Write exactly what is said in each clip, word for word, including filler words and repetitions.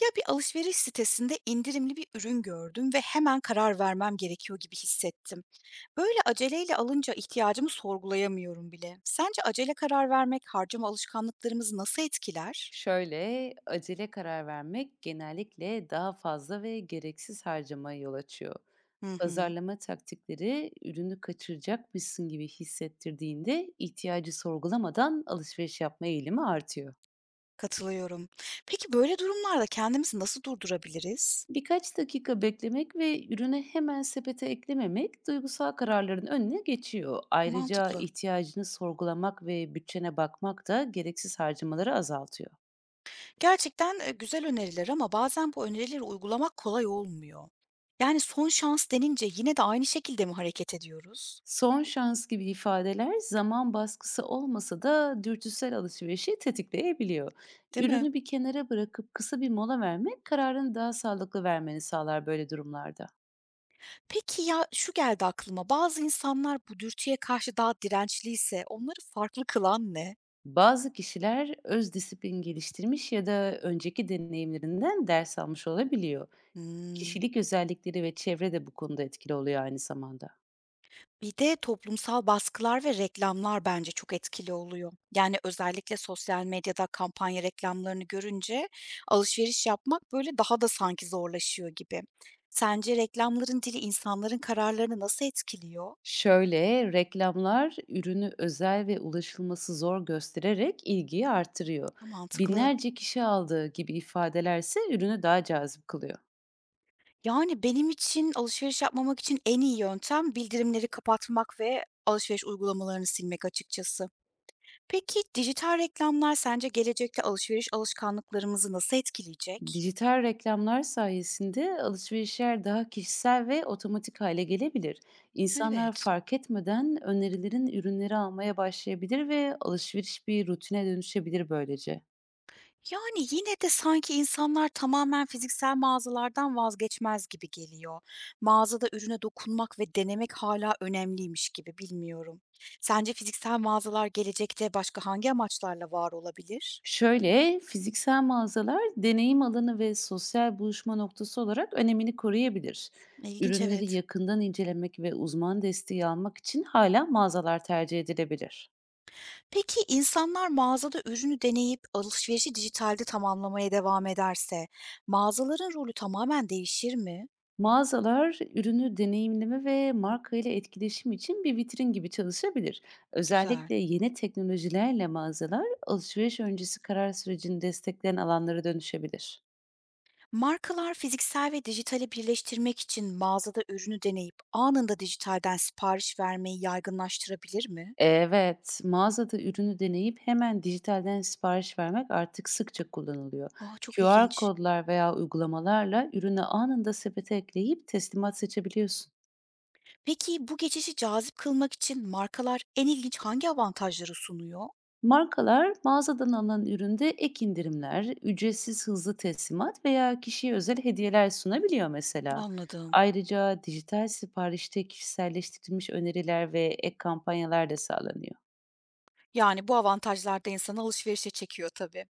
Ya bir alışveriş sitesinde indirimli bir ürün gördüm ve hemen karar vermem gerekiyor gibi hissettim. Böyle aceleyle alınca ihtiyacımı sorgulayamıyorum bile. Sence acele karar vermek harcama alışkanlıklarımızı nasıl etkiler? Şöyle, acele karar vermek genellikle daha fazla ve gereksiz harcamaya yol açıyor. Hı hı, Pazarlama taktikleri ürünü kaçıracakmışsın gibi hissettirdiğinde ihtiyacı sorgulamadan alışveriş yapma eğilimi artıyor. katılıyorum. Peki böyle durumlarda kendimizi nasıl durdurabiliriz? Birkaç dakika beklemek ve ürünü hemen sepete eklememek duygusal kararların önüne geçiyor. Ayrıca Mantıklı. ihtiyacını sorgulamak ve bütçene bakmak da gereksiz harcamaları azaltıyor. Gerçekten e, güzel öneriler ama bazen bu önerileri uygulamak kolay olmuyor. Yani son şans denince yine de aynı şekilde mi hareket ediyoruz? Son şans gibi ifadeler zaman baskısı olmasa da dürtüsel alışverişi tetikleyebiliyor. Değil mi? Ürünü bir kenara bırakıp kısa bir mola vermek kararını daha sağlıklı vermeni sağlar böyle durumlarda. Peki ya, şu geldi aklıma, bazı insanlar bu dürtüye karşı daha dirençliyse onları farklı kılan ne? Bazı kişiler öz disiplin geliştirmiş ya da önceki deneyimlerinden ders almış olabiliyor. Hımm. Kişilik özellikleri ve çevre de bu konuda etkili oluyor aynı zamanda. Bir de toplumsal baskılar ve reklamlar bence çok etkili oluyor. Yani özellikle sosyal medyada kampanya reklamlarını görünce alışveriş yapmak böyle daha da sanki zorlaşıyor gibi. Sence reklamların dili insanların kararlarını nasıl etkiliyor? Şöyle, reklamlar ürünü özel ve ulaşılması zor göstererek ilgiyi artırıyor. Ha, mantıklı. Binlerce kişi aldığı gibi ifadelerse ürünü daha cazip kılıyor. Yani, benim için alışveriş yapmamak için en iyi yöntem bildirimleri kapatmak ve alışveriş uygulamalarını silmek açıkçası. Peki, dijital reklamlar sence gelecekte alışveriş alışkanlıklarımızı nasıl etkileyecek? Dijital reklamlar sayesinde alışverişler daha kişisel ve otomatik hale gelebilir. İnsanlar Evet. fark etmeden önerilerin ürünleri almaya başlayabilir ve alışveriş bir rutine dönüşebilir böylece. Yani, yine de sanki insanlar tamamen fiziksel mağazalardan vazgeçmez gibi geliyor. Mağazada ürüne dokunmak ve denemek hala önemliymiş gibi, bilmiyorum. Sence fiziksel mağazalar gelecekte başka hangi amaçlarla var olabilir? Şöyle, fiziksel mağazalar deneyim alanı ve sosyal buluşma noktası olarak önemini koruyabilir. İlginç, Ürünleri evet. yakından incelemek ve uzman desteği almak için hala mağazalar tercih edilebilir. Peki insanlar mağazada ürünü deneyip alışverişi dijitalde tamamlamaya devam ederse mağazaların rolü tamamen değişir mi? Mağazalar ürünü deneyimleme ve marka ile etkileşim için bir vitrin gibi çalışabilir. Güzel. Özellikle yeni teknolojilerle mağazalar alışveriş öncesi karar sürecini destekleyen alanlara dönüşebilir. Markalar fiziksel ve dijitali birleştirmek için mağazada ürünü deneyip anında dijitalden sipariş vermeyi yaygınlaştırabilir mi? Evet, mağazada ürünü deneyip hemen dijitalden sipariş vermek artık sıkça kullanılıyor. Aa, çok Q R ilginç. kodlar veya uygulamalarla ürünü anında sepete ekleyip teslimat seçebiliyorsun. Peki bu geçişi cazip kılmak için markalar en ilginç hangi avantajları sunuyor? Markalar mağazadan alınan üründe ek indirimler, ücretsiz hızlı teslimat veya kişiye özel hediyeler sunabiliyor mesela. Anladım. Ayrıca dijital siparişte kişiselleştirilmiş öneriler ve ek kampanyalar da sağlanıyor. Yani bu avantajlar da insanı alışverişe çekiyor tabii.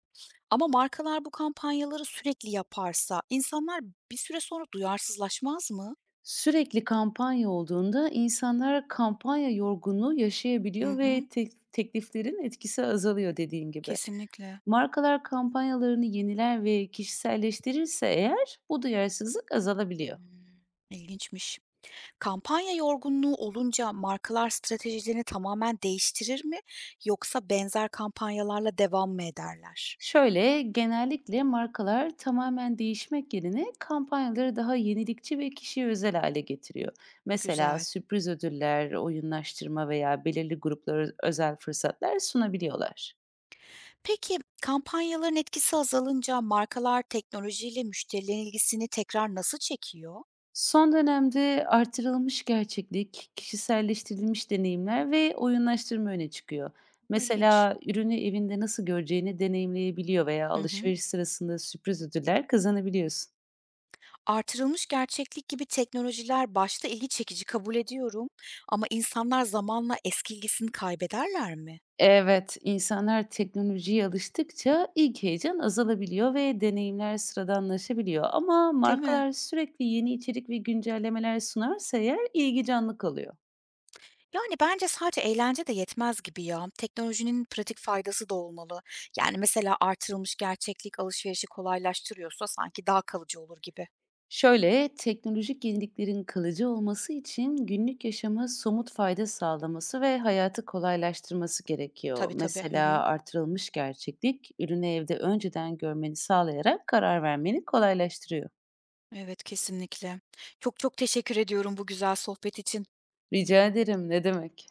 Ama markalar bu kampanyaları sürekli yaparsa insanlar bir süre sonra duyarsızlaşmaz mı? Sürekli kampanya olduğunda insanlar kampanya yorgunluğu Hı yaşayabiliyor ve hı. tek- tekliflerin etkisi azalıyor dediğin gibi. Kesinlikle. Markalar kampanyalarını yeniler ve kişiselleştirirse eğer bu duyarsızlık azalabiliyor. Hımm, ilginçmiş. Kampanya yorgunluğu olunca markalar stratejilerini tamamen değiştirir mi yoksa benzer kampanyalarla devam mı ederler? Şöyle, genellikle markalar tamamen değişmek yerine kampanyaları daha yenilikçi ve kişiye özel hale getiriyor. Mesela Güzel. sürpriz ödüller, oyunlaştırma veya belirli gruplara özel fırsatlar sunabiliyorlar. Peki kampanyaların etkisi azalınca markalar teknolojiyle müşterilerin ilgisini tekrar nasıl çekiyor? Son dönemde artırılmış gerçeklik, kişiselleştirilmiş deneyimler ve oyunlaştırma öne çıkıyor. A, ilginç. Mesela ürünü evinde nasıl göreceğini deneyimleyebiliyor veya Hı hı. alışveriş sırasında sürpriz ödüller kazanabiliyorsun. Artırılmış gerçeklik gibi teknolojiler başta ilgi çekici kabul ediyorum ama insanlar zamanla eski ilgisini kaybederler mi? Evet, insanlar teknolojiye alıştıkça ilk heyecan azalabiliyor ve deneyimler sıradanlaşabiliyor. Ama Değil mi? markalar sürekli yeni içerik ve güncellemeler sunarsa eğer ilgi canlı kalıyor. Yani bence sadece eğlence de yetmez gibi ya. Teknolojinin pratik faydası da olmalı. Yani mesela artırılmış gerçeklik alışverişi kolaylaştırıyorsa sanki daha kalıcı olur gibi. Şöyle, teknolojik yeniliklerin kalıcı olması için günlük yaşama somut fayda sağlaması ve hayatı kolaylaştırması gerekiyor. Tabii tabii. Hı Mesela hı. artırılmış gerçeklik, ürünü evde önceden görmeni sağlayarak karar vermeni kolaylaştırıyor. Evet kesinlikle. Çok çok teşekkür ediyorum bu güzel sohbet için. Rica ederim, ne demek?